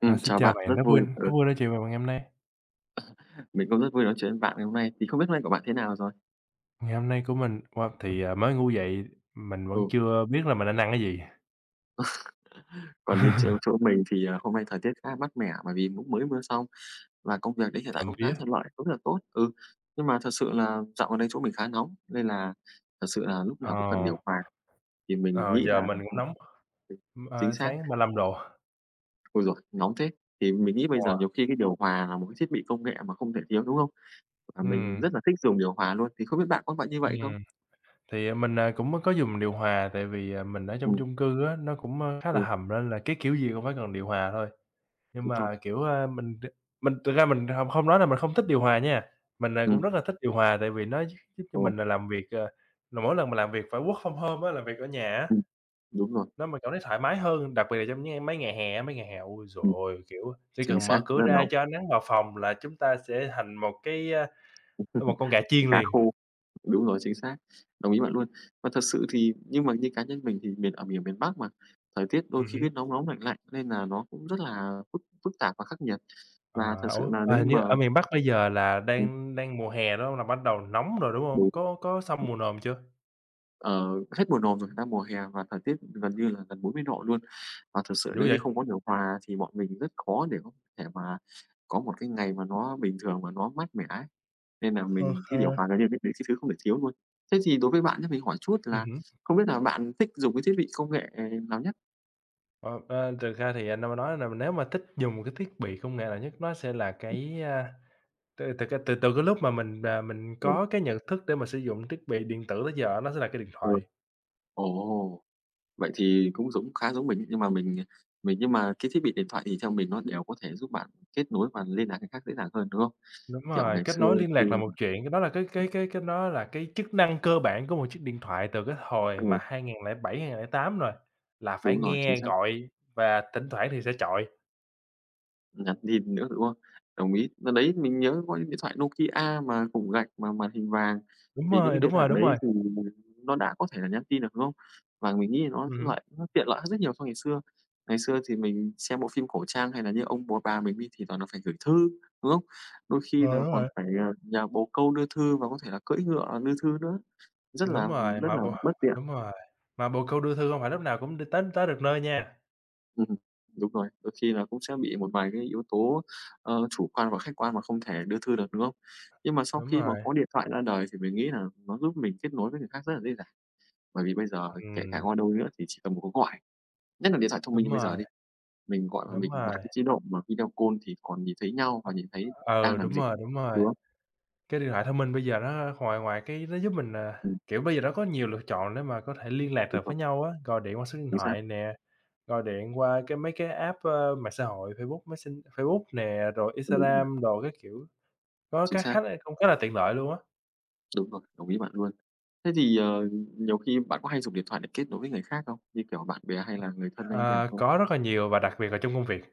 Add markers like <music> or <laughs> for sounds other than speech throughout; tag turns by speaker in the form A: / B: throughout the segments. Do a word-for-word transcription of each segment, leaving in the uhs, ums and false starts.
A: Ừ
B: À, xin
A: chào
B: chào
A: bạn,
B: bạn,
A: rất
B: rất vui
A: vui ừ,
B: rất vui nói chuyện với bạn ngày hôm nay.
A: mình cũng rất vui nói chuyện với bạn ngày hôm nay. Thì không biết hôm nay của bạn thế nào rồi?
B: Ngày hôm nay của mình, wow, thì, à, mới ngủ dậy mình vẫn
A: Ừ,
B: chưa biết là mình đang ăn cái gì.
A: còn như chỗ chỗ
B: <laughs>
A: mình thì, à, hôm nay thời tiết khá mát mẻ bởi vì cũng mới mưa xong và công việc đến hiện tại
B: Trộm
A: cũng khá
B: vía,
A: thuận lợi, cũng rất là tốt. Ừ, nhưng mà thật sự là dạo gần đây chỗ mình khá nóng nên là thật sự là lúc
B: ờ,
A: nào cũng cần điều hòa thì mình
B: ờ,
A: nghĩ
B: giờ
A: là
B: mình cũng nóng, ưm,
A: <laughs> chính
B: ờ,
A: xác.
B: sáng ba lăm độ,
A: Ôi rồi nóng thế! Thì mình nghĩ bây giờ
B: ờ,
A: nhiều khi cái điều hòa là một cái thiết bị công nghệ mà không thể thiếu, đúng không? Và mình
B: ừm,
A: rất là thích dùng điều hòa luôn, thì không biết bạn có vậy như
B: ừm.
A: vậy không?
B: Thì, à, mình, à, cũng có dùng điều hòa tại vì, à, mình ở trong
A: Ừm,
B: chung cư á, nó cũng, ơ, khá
A: ừ,
B: là hầm nên là cái kiểu gì cũng phải cần điều hòa thôi. Nhưng
A: đúng rồi.
B: mà, kiểu, a, mình đ mình thực ra mình hông không nói là mình không thích điều hòa nha, mình, à, cũng
A: Ừm,
B: rất là thích điều hòa tại vì nó gi giúp cho
A: ồ,
B: mình là làm việc, ờ, là mỗi lần mà làm việc phải work from home á, làm việc ở nhà á,
A: ừm, đúng rồi.
B: nó mình cảm thấy thoải mái hơn, đặc biệt là trong những mấy ngày hè á, mấy ngày hè, ôi giời
A: Ừm,
B: ơi, kiểu, chỉ
A: chính
B: cần
A: xác,
B: mở cửa
A: rất là
B: ra
A: nóng
B: cho ánh nắng vào phòng là chúng ta sẽ thành một cái, a, một con gà chiên
A: cá
B: liền.
A: khô, đúng rồi, chính xác, đồng ý bạn luôn. Và thật sự thì nhưng mà như cá nhân mình thì miền ở miền miền Bắc mà, thời tiết đôi
B: Ừm
A: khi cứ
B: hứm.
A: nóng nóng, lạnh lạnh nên là nó cũng rất là phức phức tạp và khắc nghiệt. Và
B: Ờ,
A: thật sự
B: ủa,
A: là
B: à,
A: nếu
B: hình
A: như
B: như
A: mà
B: ở miền Bắc bây giờ là
A: ừm,
B: đang đang mùa hè, đúng hông? Là bắt đầu nóng rồi, đúng hông?
A: đúng.
B: Có có xong mùa nồm chưa?
A: Ờ, hết mùa nồm rồi, đang mùa hè và thời tiết gần như là gần bốn mươi độ luôn. Và thực sự
B: Dữ
A: nếu như
B: vậy?
A: không có điều hòa thì bọn mình rất khó để có thể mà có một cái ngày mà nó bình thường mà nó mát mẻ ấy. Nên là
B: Ô
A: mình cái
B: kê.
A: điều hòa là những là cái cái thứ không thể thiếu luôn. Thế thì đối với bạn thì mình hỏi chút
B: Ừm
A: là
B: hứm.
A: không biết là bạn thích dùng cái thiết bị công nghệ nào nhất?
B: Ờ, ơ, thực ra thì anh đang nói là nếu mà thích dùng một cái thiết bị công nghệ nào nhất nó sẽ là cái, a, từ từ cái từ từ cái lúc mà mình, à, mình
A: Ừm,
B: có cái nhận thức để mà sử dụng thiết bị điện tử tới giờ nó sẽ là cái điện
A: ừ.
B: thoại.
A: Ồ, vậy thì cũng giống khá giống mình ấy, nhưng mà mình mình nhưng mà cái thiết bị điện thoại thì theo mình nó đều có thể giúp bạn kết nối và liên lạc với người khác dễ dàng hơn, đúng không?
B: Đúng
A: Kiểu
B: rồi,
A: ngày
B: kết
A: xưa
B: nối liên
A: khi
B: lạc là một chuyện, đó là cái cái cái cái đó là cái chức năng cơ bản của một chiếc điện thoại từ cái hồi mà hai hai lẻ bảy hai ngàn lẻ tám rồi, là phải
A: đúng rồi, chính
B: nghe
A: xác,
B: gọi và thỉnh thoảng thì sẽ chọi.
A: nhắn tin nữa, đúng không? Đồng ý. Đợt đấy mình nhớ có những điện thoại Nokia mà cục gạch mà màn hình vàng,
B: Đúng
A: thì những cái
B: rồi,
A: điện
B: đúng
A: thoại
B: rồi, đúng
A: đấy
B: rồi.
A: thì nó đã có thể là nhắn tin được, đúng không? Và mình nghĩ nó
B: Ừm hứm.
A: lại nó tiện lợi hơn rất nhiều so ngày xưa. Ngày xưa thì mình xem bộ phim cổ trang hay là như ông bố bà mình đi thì toàn là phải gửi thư, đúng không? Đôi khi
B: Ờ,
A: là
B: đúng
A: còn
B: rồi.
A: phải, ờ, nhà bồ câu đưa thư và có thể là cưỡi ngựa đưa thư nữa, rất
B: Đúng
A: là
B: rồi,
A: rất
B: mà
A: là
B: bộ
A: bất tiện.
B: đúng rồi, mà bồ câu đưa thư hông phải lúc nào cũng đi tới tới được nơi nha.
A: Ừm, đúng rồi, đôi khi là cũng sẽ bị một vài cái yếu tố, ờ, chủ quan và khách quan mà không thể đưa thư được, đúng không? Nhưng mà sau
B: Đúng
A: khi mà
B: rồi,
A: có điện thoại ra đời thì mình nghĩ là nó giúp mình kết nối với người khác rất là dễ dàng, bởi vì bây giờ kể cả
B: ừm,
A: qua đâu nữa thì chỉ cần một cuộc gọi, nhất là điện thoại thông minh
B: đúng
A: như bây giờ
B: rồi,
A: đi, mình gọi là
B: đúng
A: mình bật
B: rồi.
A: cái chế độ mà video call thì còn nhìn thấy nhau
B: Ờ,
A: và nhìn thấy
B: ừ,
A: đang làm
B: đúng
A: gì,
B: rồi, đúng rồi.
A: đúng không?
B: Cái điện thoại thông minh bây giờ nó ngoài ngoài cái nó giúp mình, à,
A: Ừm,
B: kiểu, bây giờ nó có nhiều lựa chọn để mà có thể liên lạc
A: đúng
B: được
A: rồi,
B: với nhau á, gọi điện qua số điện
A: chính xác,
B: thoại nè, gọi điện qua cái mấy cái app, ơ, mạng xã hội Facebook Messen Facebook nè, rồi
A: đúng rồi,
B: Instagram đồ các kiểu, nó
A: chính
B: cái
A: xác,
B: khá là cũng khá là tiện lợi luôn á.
A: đúng rồi, đồng ý bạn luôn. Thế thì, ờ, nhiều khi bạn có hay dùng điện thoại để kết nối với người khác không? Như kiểu bạn bè hay là người thân hay như nào
B: Ờ,
A: không?
B: có rất là nhiều và đặc biệt là trong công việc,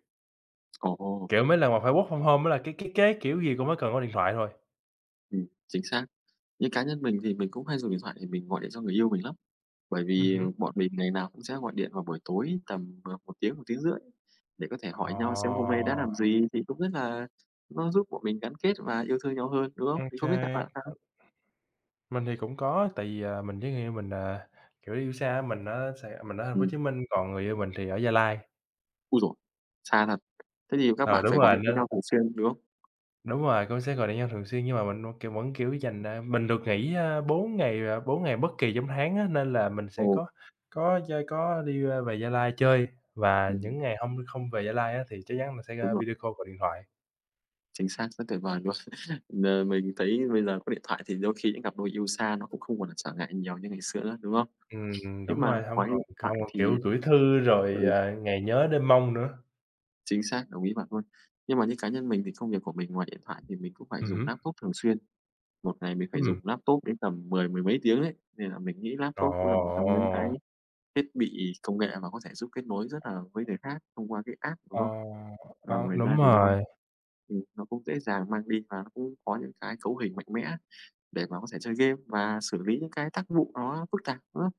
A: Ồ,
B: kiểu, mấy lần mà phải work from home á là cái cái cái kiểu gì cũng phải cần có điện thoại thôi.
A: ừm, chính xác. Như cá nhân mình thì mình cũng hay dùng điện thoại để mình gọi điện cho người yêu mình lắm, bởi
B: Ừm
A: vì
B: hứm.
A: bọn mình ngày nào cũng sẽ gọi điện vào buổi tối tầm, ờ, một tiếng, một tiếng rưỡi để có thể hỏi nhau xem hôm nay đã làm
B: Ồ,
A: gì thì cũng rất là nó giúp bọn mình gắn kết và yêu thương nhau hơn, đúng không?
B: ô
A: Thì không
B: kê.
A: biết là bạn sao?
B: Mình thì cũng có, tại vì, à, mình với người yêu mình, à, kiểu, yêu xa á, mình ở Sài mình ở Thành phố Hồ
A: Ừm,
B: Chí Minh, còn người yêu mình thì ở Gia Lai.
A: ôi giời, xa thật. Thế thì các
B: Ừ,
A: bạn
B: đúng
A: phải gọi
B: rồi,
A: điện cho
B: nên
A: nhau thường xuyên, đúng không?
B: đúng rồi, cũng sẽ gọi điện nhau thường xuyên nhưng mà mình vẫn, kiểu, vẫn, kiểu, dành, à mình được nghỉ, a, 4 ngày, à, bốn ngày bất kỳ trong tháng á, nên là mình sẽ
A: Ồ,
B: có có chơi có đi, a, về Gia Lai chơi và
A: ừm,
B: những ngày hông không về Gia Lai á, thì chắc chắn mình sẽ,
A: đúng
B: a,
A: rồi,
B: video call gọi điện thoại.
A: chính xác, rất tuyệt vời luôn. <laughs> N mình thấy bây giờ có điện thoại thì đôi khi những cặp đôi yêu xa nó cũng không còn là trở ngại nhiều như ngày xưa nữa, đúng không?
B: Ừm,
A: Nhưng
B: đúng
A: mà
B: rồi, hông
A: nói
B: còn
A: hiện
B: không
A: tại
B: còn,
A: thì
B: kiểu, gửi thư rồi,
A: ừ,
B: à, ngày nhớ đêm mong nữa.
A: chính xác, đồng ý bạn luôn. Nhưng mà như cá nhân mình thì công việc của mình ngoài điện thoại thì mình cũng phải
B: Ừm
A: dùng
B: hứm,
A: laptop thường xuyên, một ngày mình phải
B: ừm.
A: dùng laptop đến tầm mười mười mấy tiếng đấy, nên là mình nghĩ
B: Ồ!
A: laptop cũng là một trong những cái thiết bị công nghệ mà có thể giúp kết nối rất là với người khác thông qua cái app, đúng
B: Ờ,
A: không? Và
B: ờ,
A: ngoài
B: đúng
A: ra thì nó
B: rồi,
A: ừm, nó cũng dễ dàng mang đi và nó cũng có những cái cấu hình mạnh mẽ để mà có thể chơi game và xử lý những cái tác vụ nó phức tạp nữa.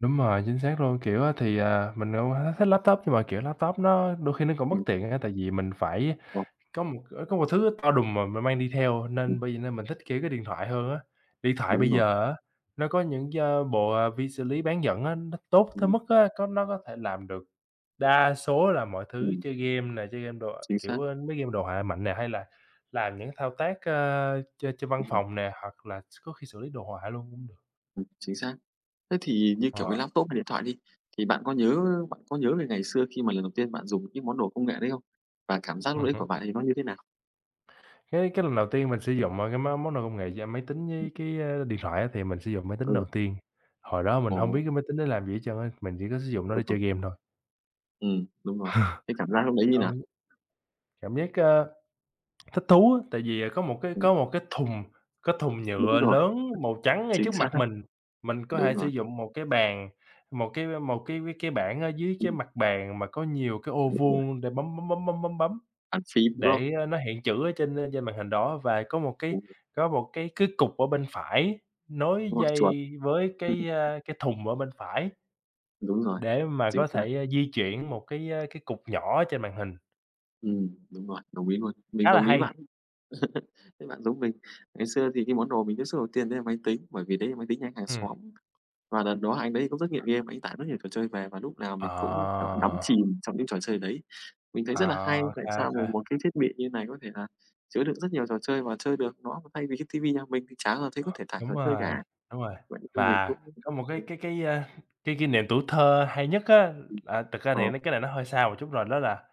B: đúng rồi, chính xác luôn. Kiểu á thì, à, mình cũng h thích laptop nhưng mà, kiểu, laptop nó đôi khi nó cũng bất
A: Ừm,
B: tiện á, tại vì mình phải
A: ờ,
B: có một có một thứ to đùng mà mình mang đi theo
A: ừm,
B: nên bởi vậy nên mình thích, kiểu, cái điện thoại hơn á. Điện thoại
A: đúng
B: bây
A: rồi.
B: giờ á, nó có những cái bộ, à, vi xử lý bán dẫn á, nó tốt tới
A: Ừm,
B: mức á, có nó có thể làm được đa số là mọi thứ,
A: ừm,
B: chơi game nè, chơi game đồ
A: chính
B: kiểu,
A: xác,
B: ơ, mấy game đồ họa mạnh nè, hay là làm những thao tác, ơ, trên trên văn
A: đúng rồi.
B: phòng nè, hoặc là s có khi xử lý đồ họa luôn cũng được.
A: Ừm, chính xác. Thế thì như,
B: Ờ.
A: kiểu, cái laptop hay điện thoại đi, thì bạn có nhớ bạn có nhớ về ngày xưa khi mà lần đầu tiên bạn dùng những cái món đồ công nghệ đấy không? Và cảm giác lúc
B: Ừm
A: đấy của
B: hứm.
A: bạn thì nó như thế nào?
B: Cái cái lần đầu tiên mình sử dụng, ờ, cái món món đồ công nghệ giờ máy tính với cái, ơ, điện thoại á, thì mình sử dụng máy tính đầu
A: Ừ,
B: tiên. Hồi đó mình hông biết
A: ồ,
B: cái máy tính để làm gì hết trơn á, mình chỉ có sử dụng nó
A: đúng
B: để
A: rồi.
B: chơi game thôi.
A: Ừm, đúng rồi.
B: <laughs>
A: Cái cảm giác lúc đấy như
B: Xong
A: nào?
B: đến cảm giác, ơ, thích thú á, tại vì, à, có một cái
A: Ừm,
B: có một cái thùng có thùng
A: đúng
B: nhựa
A: rồi,
B: lớn màu trắng ngay
A: chính
B: trước
A: xác,
B: mặt mình, mình có
A: đúng
B: thể sử
A: rồi,
B: dụng một cái bàn, một cái một cái cái bảng ở dưới cái
A: ừm,
B: mặt bàn mà có nhiều cái ô
A: đúng rồi,
B: vuông để bấm, bấm, bấm, bấm, bấm, bấm.
A: bàn phím, đúng không?
B: Để, ơ, nó hiện chữ ở trên, ờ, trên màn hình đó và có một cái
A: Đúng,
B: có một cái cái cục ở bên phải nối
A: đúng rồi, chuột,
B: dây với cái,
A: <laughs>
B: a, cái thùng ở bên phải
A: đúng rồi,
B: để mà
A: chính
B: có
A: xác.
B: thể, a, di chuyển một cái, a, cái cục nhỏ trên màn hình,
A: Ừm, đúng rồi, đồng ý luôn, mình
B: khá là
A: đồng ý
B: hay.
A: bạn. <laughs> Thế bạn giống mình, ngày xưa thì cái món đồ mình tiếp xúc đầu tiên đấy là máy tính, bởi vì đấy là máy tính nhà hàng
B: Ừm.
A: xóm. Và đợt đó anh đấy cũng rất nghiện game, anh tải rất nhiều trò chơi về và lúc nào
B: Ờ,
A: mình cũng, kiểu, đắm chìm trong những trò chơi đấy. Mình thấy rất là hay,
B: ờ, ok
A: tại sao
B: ok,
A: một một cái thiết bị như này có thể là chứa đựng rất nhiều trò chơi và chơi được nó, thay vì cái ti vi nhà mình thì chả bao giờ thấy có thể tải trò
B: đúng
A: chơi
B: rồi,
A: cả.
B: đúng rồi.
A: Vậy nên mình
B: Và
A: cũng
B: có một cái
A: ừ,
B: cái cái, a, cái kỷ niệm tuổi thơ hay nhất á,
A: ừm,
B: à, thực ra thì
A: ờ,
B: cái này nó hơi xa một chút rồi, đó là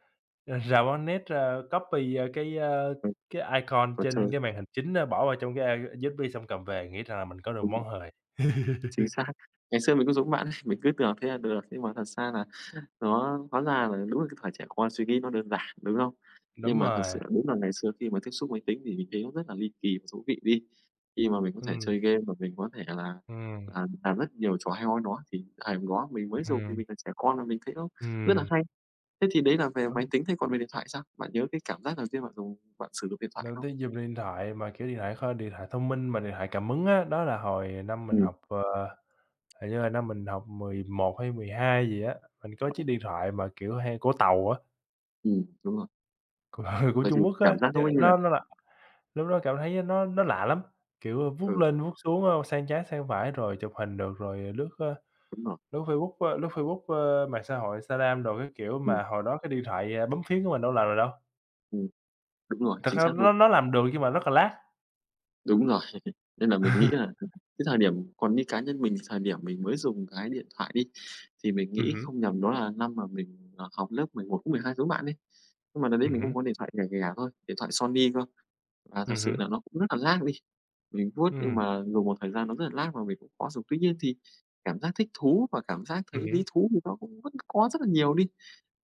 B: Ờ, rào bán ờ, copy, ờ, cái, ơ,
A: ừ,
B: cái icon
A: trò chơi,
B: trên cái màn hình chính á, bỏ vào trong cái, a, u ét bê xong cầm về nghĩ rằng là mình có được
A: đúng rồi,
B: món hời.
A: chính xác. Ngày xưa mình cũng giống bạn ấy, mình cứ tưởng thế là được, nhưng mà thật ra là nó hóa ra là đúng là cái thời trẻ con suy nghĩ nó đơn giản, đúng không? Nhưng
B: Đúng
A: mà thật sự
B: rồi,
A: là đúng là ngày xưa khi mà tiếp xúc máy tính thì mình thấy nó rất là ly kỳ và thú vị đi. Khi mà mình có thể
B: ừm,
A: chơi game và mình có thể là
B: ừm,
A: là làm rất nhiều trò hay ho nó thì thời hôm đó mình mới dùng thì
B: ừm,
A: mình là trẻ con mà mình thấy nó rất là
B: ừm,
A: hay. Thế thì đấy là về máy
B: đúng,
A: tính, thế còn về điện thoại sao? Bạn nhớ cái cảm giác đầu tiên bạn dùng bạn sử dụng điện thoại
B: lần đầu
A: không?
B: tiên dùng điện thoại mà, kiểu, điện thoại kho điện thoại thông minh mà điện thoại cảm ứng á, đó là hồi năm mình
A: Ừm,
B: học, ờ, hình như là năm mình học mười một hay mười hai gì á, mình có chiếc
A: ừm,
B: điện thoại mà, kiểu, hay của Tàu á,
A: ừm, đúng rồi.
B: của <laughs> của
A: Vậy thì
B: Trung Quốc á,
A: cảm giác
B: ch
A: nó ấy như là
B: nó nó là lúc đó cảm thấy nó nó lạ lắm, kiểu, ờ, vuốt
A: ừ,
B: lên vuốt xuống, ơ, sang trái sang phải rồi chụp hình được, rồi lướt, ơ,
A: đúng rồi.
B: lướt Facebook, ơ, lướt Facebook, ơ, mạng xã hội Instagram đồ các kiểu,
A: Ừm,
B: mà hồi đó cái điện thoại, à, bấm phím của mình đâu làm được đâu.
A: ừm, đúng rồi,
B: Thật
A: chính
B: ra
A: xác
B: nó
A: luôn.
B: nó làm được nhưng mà rất là lag.
A: Đúng rồi, <laughs> nên là mình nghĩ là
B: <laughs>
A: cái thời điểm còn như cá nhân mình, thời điểm mình mới dùng cái điện thoại đi, thì mình
B: Ừm
A: nghĩ
B: hứm,
A: không nhầm đó là năm mà mình, ờ, học lớp mười một cũng mười hai giống bạn ấy. Nhưng mà đợt đấy
B: ừm
A: mình cũng
B: hứm,
A: có điện thoại rẻ rẻ thôi, điện thoại Sony cơ, và thật
B: ừm
A: sự
B: hứm,
A: là nó cũng rất là lag đi. Mình vuốt nhưng
B: ừm,
A: mà dùng một thời gian nó rất là lag và mình cũng khó dùng. Tuy nhiên thì cảm giác thích thú và cảm giác
B: ừm
A: thấy
B: hứm,
A: lý thú thì nó cũng vẫn có rất là nhiều đi.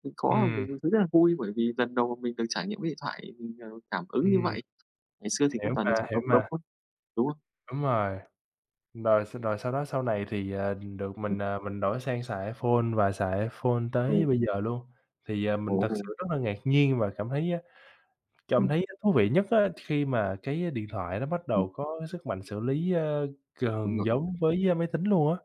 A: Mình có mình
B: ừm,
A: thấy rất là vui bởi vì lần đầu mình được trải nghiệm cái điện thoại, mình, ờ, cảm ứng như
B: ừm,
A: vậy. Ngày xưa thì cũng
B: hiểu
A: toàn điện
B: mà,
A: thoại
B: hiểu
A: bấm bấm
B: mà,
A: thôi, đúng không?
B: đúng rồi. Rồi s rồi sau đó sau này thì, à, được mình, à, mình đổi sang xài iPhone và xài iPhone tới
A: Ừm,
B: bây giờ luôn. Thì, à,
A: ồ,
B: mình thật sự rất là ngạc nhiên và cảm thấy Cảm
A: ừm,
B: thấy thú vị nhất á, khi mà cái điện thoại nó bắt
A: ừm,
B: đầu có cái sức mạnh xử lý, ơ,
A: đúng
B: gần
A: rồi,
B: giống với, a, máy tính luôn á.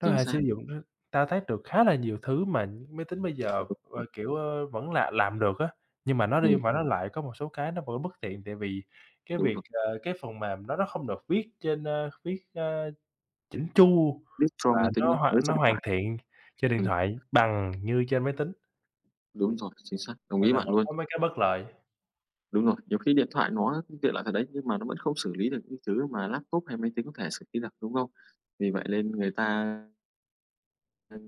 B: Nó có
A: chính
B: thể sử
A: xác.
B: dụng nó thao tác được khá là nhiều thứ mà máy tính bây giờ, ờ, kiểu, ơ, vẫn là làm được á, nhưng mà nó đi
A: Ừm,
B: mà nó lại có một số cái nó vẫn bất tiện tại vì cái
A: đúng
B: việc,
A: rồi,
B: ờ, cái phần mềm đó nó không được viết trên, ơ, viết, ơ, chỉn chu
A: lướt scroll máy
B: và
A: tính,
B: nó
A: à,
B: hoàn
A: lướt trên
B: nó
A: điện
B: hoàn
A: thoại.
B: thiện trên điện
A: Ừm,
B: thoại bằng như trên máy tính,
A: đúng rồi, chính xác, đồng
B: nên
A: ý
B: là
A: bạn
B: vẫn
A: luôn.
B: có mấy cái bất lợi.
A: Đúng rồi, nhiều khi điện thoại nó tiện lợi thật đấy, nhưng mà nó vẫn không xử lý được những thứ mà laptop hay máy tính có thể xử lý được, đúng không? Vì vậy nên người ta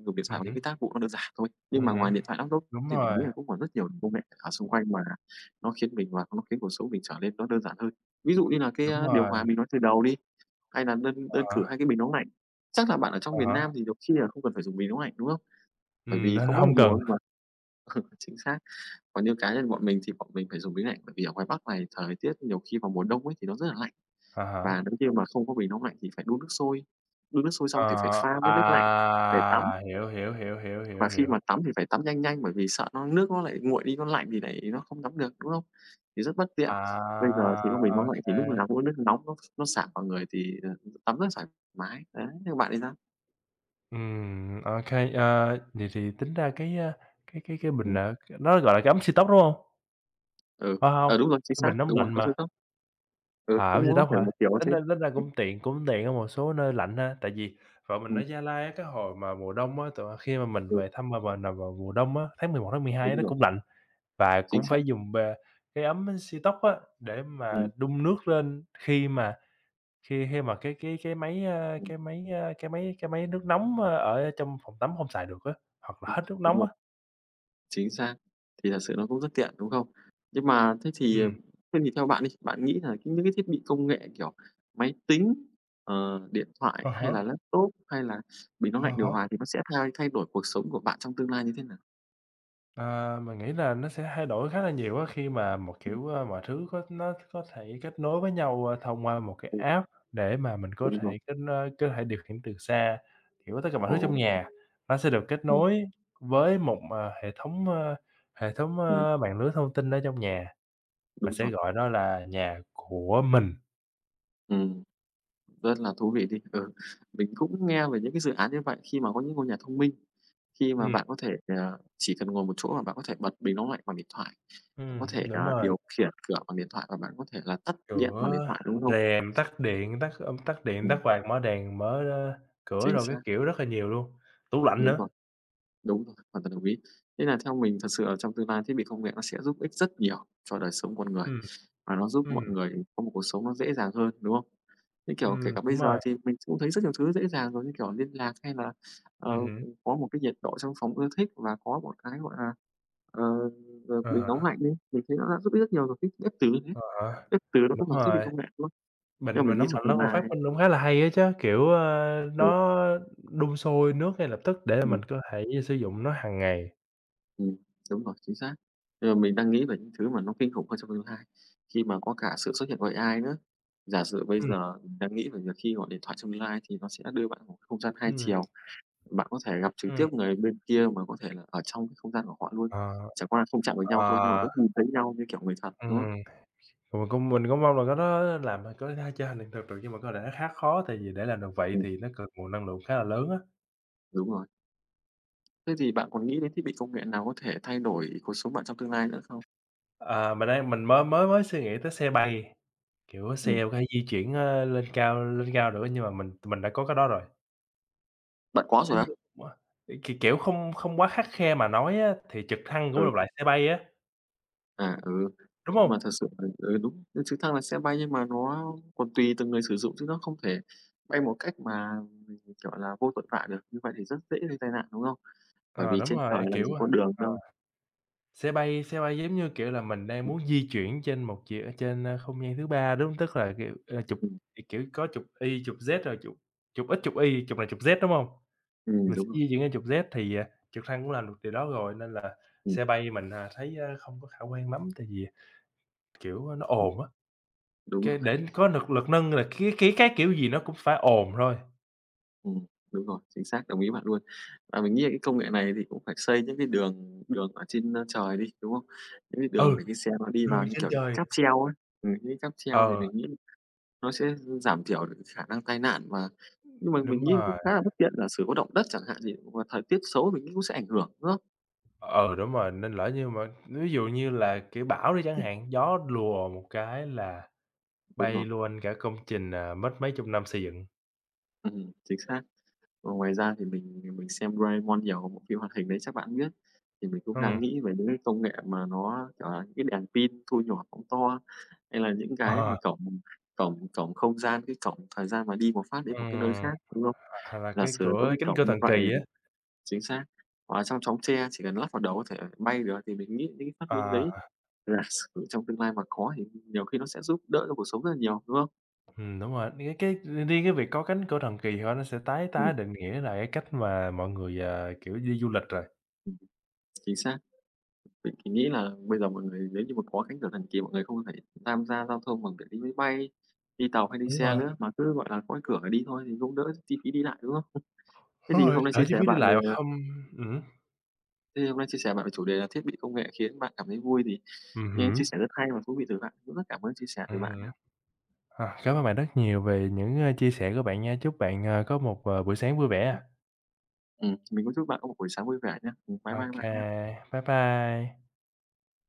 A: dùng điện thoại
B: Ừm
A: vào những cái
B: hứm,
A: tác vụ nó đơn giản thôi.
B: ừm
A: Nhưng mà
B: hứm.
A: ngoài điện thoại, laptop
B: Đúng
A: thì mình
B: rồi,
A: nghĩ là cũng còn rất nhiều công nghệ ở xung quanh mà nó khiến mình và nó khiến cuộc sống mình trở nên nó đơn giản hơn. Ví dụ như là cái,
B: đúng
A: a, điều hòa
B: rồi.
A: mình nói từ đầu đi. Hay là đơn đơn
B: À há,
A: cử hai cái bình nóng lạnh. Chắc là bạn ở trong
B: à
A: miền
B: há,
A: Nam thì nhiều khi là không cần phải dùng bình nóng lạnh, đúng không? Bởi
B: ừm,
A: vì
B: nên
A: không mỗi một
B: hông cần,
A: mùa thôi mà. <laughs> Chính xác. Còn như cá nhân bọn mình thì bọn mình phải dùng bình lạnh, bởi vì ở ngoài Bắc này thời tiết nhiều khi vào mùa đông ấy thì nó rất là lạnh,
B: à
A: và
B: há,
A: nếu như mà không có bình nóng lạnh thì phải đun nước sôi, đun nước sôi xong thì phải
B: ờ,
A: pha với
B: à,
A: nước lạnh để tắm,
B: hiểu, hiểu, hiểu, hiểu,
A: và
B: hiểu,
A: khi
B: hiểu,
A: mà tắm thì phải tắm nhanh nhanh bởi vì sợ nó nước nó lại nguội đi, nó lạnh thì lại nó không tắm được, đúng không? Thì rất bất tiện. Bây
B: à,
A: giờ thì có bình
B: ô
A: nóng lạnh thì
B: kê,
A: lúc nào cũng có nước nóng nó nó xả vào người thì, ờ, tắm rất thoải mái. Đấy, thế còn bạn thì sao?
B: ừm, ô kê, ờ, vậy thì tính ra cái, a, cái cái cái bình, à, nó gọi là cái ấm siêu tốc, đúng hông?
A: Ừ,
B: Phải hông?
A: ờ, đúng rồi, chính
B: Cái
A: xác,
B: bình nóng
A: đúng rồi,
B: lạnh
A: có
B: mà,
A: thứ cấp. Ừ,
B: à,
A: cũng
B: ấm siêu
A: có
B: tốc
A: thể
B: hả?
A: một kiểu
B: Tính
A: thế.
B: ra tính ra
A: Ừm,
B: cũng tiện cũng tiện ở một số nơi lạnh ha, tại vì vợ mình ở
A: ừm,
B: Gia Lai á, cái hồi mà mùa đông á, tụi khi mà mình
A: ừ,
B: về thăm bà mình là vào mùa đông á, tháng mười một tháng mười hai á,
A: đúng
B: nó
A: rồi,
B: cũng lạnh. Và cũng
A: chính xác.
B: phải dùng, ờ, cái ấm siêu tốc á, để mà
A: Ừm,
B: đun nước lên khi mà khi khi mà cái cái cái máy, a,
A: ừm,
B: cái máy, a, cái máy cái máy nước nóng, ơ, ở trong phòng tắm không xài được á, hoặc là
A: ừm,
B: hết nước
A: đúng
B: nóng
A: rồi,
B: á.
A: chính xác, thì thật sự nó cũng rất tiện, đúng không? Nhưng mà thế
B: ừ
A: thì, ờ, thế thì theo bạn đi, bạn nghĩ là những cái thiết bị công nghệ, kiểu, máy tính, ờ, điện
B: À
A: thoại hay là
B: há,
A: laptop hay là bình nóng
B: à
A: lạnh, điều
B: há.
A: hòa thì nó sẽ thay thay đổi cuộc sống của bạn trong tương lai như thế nào?
B: À, mình nghĩ là nó sẽ thay đổi khá là nhiều á, khi mà một,
A: Ừm,
B: kiểu, ơ, mọi thứ có nó có thể kết nối với nhau, ơ, thông qua một cái
A: ừ,
B: app để mà mình có
A: đúng rồi.
B: thể kết nối có thể điều khiển từ xa. Kiểu, tất cả mọi
A: Ồ,
B: thứ trong nhà nó sẽ được kết
A: ừm,
B: nối với một, ờ, hệ thống, ơ, hệ thống,
A: ừm,
B: ơ, mạng lưới thông tin ở trong nhà, mình
A: đúng
B: sẽ
A: rồi.
B: gọi nó là nhà của mình.
A: Ừm. Rất là thú vị đi. Ừ, mình cũng nghe về những cái dự án như vậy khi mà có những ngôi nhà thông minh, khi mà
B: Ừm,
A: bạn có thể, ờ, chỉ cần ngồi một chỗ mà bạn có thể bật bình nóng lạnh bằng điện thoại, bạn
B: ừm,
A: có thể, ờ,
B: đúng rồi,
A: điều khiển cửa bằng điện thoại và bạn có thể là tắt điện bằng điện
B: cửa,
A: thoại, đúng không?
B: rèm, tắt điện, tắt âm tắt điện, tắt
A: Ừm,
B: quạt, mở đèn, mở, ơ, cửa
A: chính
B: rồi cái
A: xác,
B: kiểu rất là nhiều luôn, tủ lạnh
A: đúng
B: nữa.
A: rồi. Đúng rồi, hoàn toàn đồng ý. Thế là theo mình thật sự ở trong tương lai thiết bị công nghệ nó sẽ giúp ích rất nhiều cho đời sống con người,
B: Ừm.
A: và nó giúp mọi
B: Ừm,
A: người có một cuộc sống nó dễ dàng hơn, đúng không? Như kiểu, kể
B: ừm,
A: cả bây
B: đúng
A: giờ
B: rồi,
A: thì mình cũng thấy rất nhiều thứ dễ dàng rồi, như kiểu liên lạc hay là, ờ,
B: ừm hứm,
A: có một cái nhiệt độ trong phòng ưa thích và có một cái, gọi là, ờ, ờ,
B: à
A: bình nóng
B: há,
A: lạnh đi, mình thấy nó đã giúp ích rất nhiều rồi, cái bếp từ đấy, thế,
B: à há,
A: bếp từ nó
B: đúng
A: cũng bằng thiết bị
B: rồi,
A: công nghệ, luôn. Nhưng
B: mình
A: mà
B: mình
A: mình nghĩ
B: nấm
A: trong
B: lạnh lá
A: tương
B: ngô
A: lai
B: phát minh cũng khá là hay á chứ, kiểu, ơ,
A: ừ,
B: nó đun sôi nước ngay lập tức để
A: ừ.
B: mình có thể sử dụng nó hàng ngày.
A: Ừm, đúng rồi, chính xác. Giờ mình đang nghĩ về những thứ mà nó kinh khủng hơn trong tương lai, khi mà có cả sự xuất hiện của a i nữa. Giả sử bây
B: Ừm,
A: giờ mình đang nghĩ về việc khi gọi điện thoại trong tương lai thì nó sẽ đưa bạn vào một không gian hai
B: ừm,
A: chiều, bạn có thể gặp trực
B: ừm,
A: tiếp người bên kia mà có thể là ở trong cái không gian của họ luôn,
B: ờ,
A: chẳng qua là không chạm vào nhau thôi nhưng mà
B: ờ,
A: vẫn nhìn thấy nhau như kiểu người thật, đúng không?
B: ừm, mình cũng mình cũng mong là có nó làm có thể trở thành hiện thực được nhưng mà có lẽ nó khá khó, tại vì để làm được vậy
A: Ừm,
B: thì nó cần nguồn năng lượng khá là lớn á.
A: đúng rồi. Thế thì bạn còn nghĩ đến thiết bị công nghệ nào có thể thay đổi cuộc sống bạn trong tương lai nữa không?
B: À, mình đang mình mới mới mới suy nghĩ tới xe bay. Kiểu,
A: Ừm,
B: xe có thể di chuyển, ơ, lên cao lên cao được nhưng mà mình mình đã có cái đó rồi.
A: bạn có
B: Nếu
A: rồi á?
B: như mà k kiểu, không không quá khắt khe mà nói á, thì trực thăng cũng là
A: Ừ.
B: một loại xe bay á,
A: À, ừ,
B: đúng
A: nhưng mà
B: hông?
A: thật sự là ừ, đúng, cái trực thăng là sẽ bay nhưng mà nó còn tùy từng người sử dụng chứ nó không thể bay một cách mà mình, kiểu là, vô tội vạ được, như vậy thì rất dễ gây tai nạn, đúng không? Bởi
B: Ờ,
A: vì
B: đúng
A: trên
B: rồi,
A: trời
B: ờ,
A: làm
B: kiểu,
A: gì
B: a,
A: có đường đâu.
B: xe bay xe bay giống như, kiểu là, mình đang
A: Ừm,
B: muốn di chuyển trên một chiều trên, a, không gian thứ ba, đúng hông? Tức là, kiểu, ờ, chụp,
A: ừm,
B: kiểu, có chụp Y, chụp Z rồi chụp chụp X, chụp Y, chụp này chụp Z, đúng hông?
A: ừm,
B: Mình sẽ
A: đúng rồi,
B: di chuyển lên chụp Z thì, à, trực thăng cũng làm được điều đó rồi, nên là
A: ừm,
B: xe bay mình, à, thấy, a, không có khả quan lắm, tại vì, kiểu, nó
A: ừm,
B: ồn á.
A: đúng
B: Cái
A: rồi,
B: để có được lực nâng là cái cái cái kiểu gì nó cũng phải ồn thôi.
A: ừm, đúng rồi, chính xác, đồng ý bạn luôn. Và mình nghĩ là cái công nghệ này thì cũng phải xây những cái đường đường ở trên, ơ, trời đi, đúng không? Những cái đường
B: Ừ,
A: để cái xe nó đi
B: đường
A: vào, như
B: trên
A: kiểu,
B: trời.
A: cáp treo ấy, ừm, những cái cáp treo thì
B: Ờ,
A: mình nghĩ nó sẽ giảm thiểu được khả năng tai nạn mà nhưng mà
B: đúng
A: mình nghĩ
B: rồi,
A: cũng khá là bất tiện, giả sử có động đất chẳng hạn thì và thời tiết xấu mình nghĩ cũng sẽ ảnh hưởng nữa.
B: ờ đúng rồi, nên lỡ như mà ví dụ như là, kiểu, bão đi chẳng
A: Ừm,
B: hạn, gió lùa một cái là
A: đúng
B: bay
A: rồi,
B: luôn cả công trình, à, mất mấy chục năm xây dựng.
A: ừm, chính xác. Và ngoài ra thì mình mình xem Doraemon nhiều, bộ phim hoạt hình đấy chắc bạn biết, thì mình cũng đang
B: Ừm,
A: nghĩ về những cái công nghệ mà nó, kiểu là, những cái đèn pin thu nhỏ phóng to, hay là những cái mà
B: ờ,
A: cổng cổng cổng không gian, cái cổng thời gian mà đi một phát đến một
B: ừm,
A: cái nơi khác, đúng không?
B: hoặc là
A: Giả
B: cái
A: sử có
B: cửa
A: cái
B: cánh
A: cổng
B: cửa
A: như
B: thần
A: vậy.
B: kỳ á,
A: Chính xác. Hoặc là trong chóng tre chỉ cần lắp vào đầu có thể bay được thì mình nghĩ những cái phát minh
B: ờ,
A: đấy là <laughs> sử trong tương lai mà có thì nhiều khi nó sẽ giúp đỡ cho cuộc sống rất là nhiều, đúng không?
B: ừm, đúng rồi, cái cái riêng cái việc có cánh cửa thần kỳ thôi nó sẽ tái tái
A: Ừm,
B: định nghĩa lại cái cách mà mọi người, à, kiểu, đi du lịch rồi.
A: ừm, chính xác. Mình thì nghĩ là bây giờ mọi người nếu như mà có cánh cửa thần kỳ mọi người không phải tham gia giao thông bằng việc đi máy bay, đi tàu hay đi
B: Đúng
A: xe
B: rồi,
A: nữa, mà cứ, gọi là, có cái cửa để đi thôi thì cũng đỡ chi phí đi lại, đúng không? <laughs> Thế
B: đúng
A: thì
B: rồi,
A: hôm nay
B: đỡ
A: chia
B: chi
A: sẻ
B: phí đi
A: bạn
B: lại
A: về,
B: mà
A: à
B: không ừm.
A: Thế thì hôm nay chia sẻ bạn về chủ đề là thiết bị công nghệ khiến bạn cảm thấy vui thì
B: Ừm
A: nghe chia
B: hứm,
A: sẻ rất hay và thú vị từ bạn. Cũng rất cảm ơn chia sẻ
B: ừm
A: từ bạn nhé.
B: hứm. À, cảm ơn bạn rất nhiều về những, ơ, chia sẻ của bạn nha. Chúc bạn, ờ, có một, ờ, buổi sáng vui vẻ.
A: Ừm, mình cũng chúc bạn có một buổi sáng vui vẻ nhé. Ừm, bye bye
B: OK,
A: bạn nha.
B: bye bye.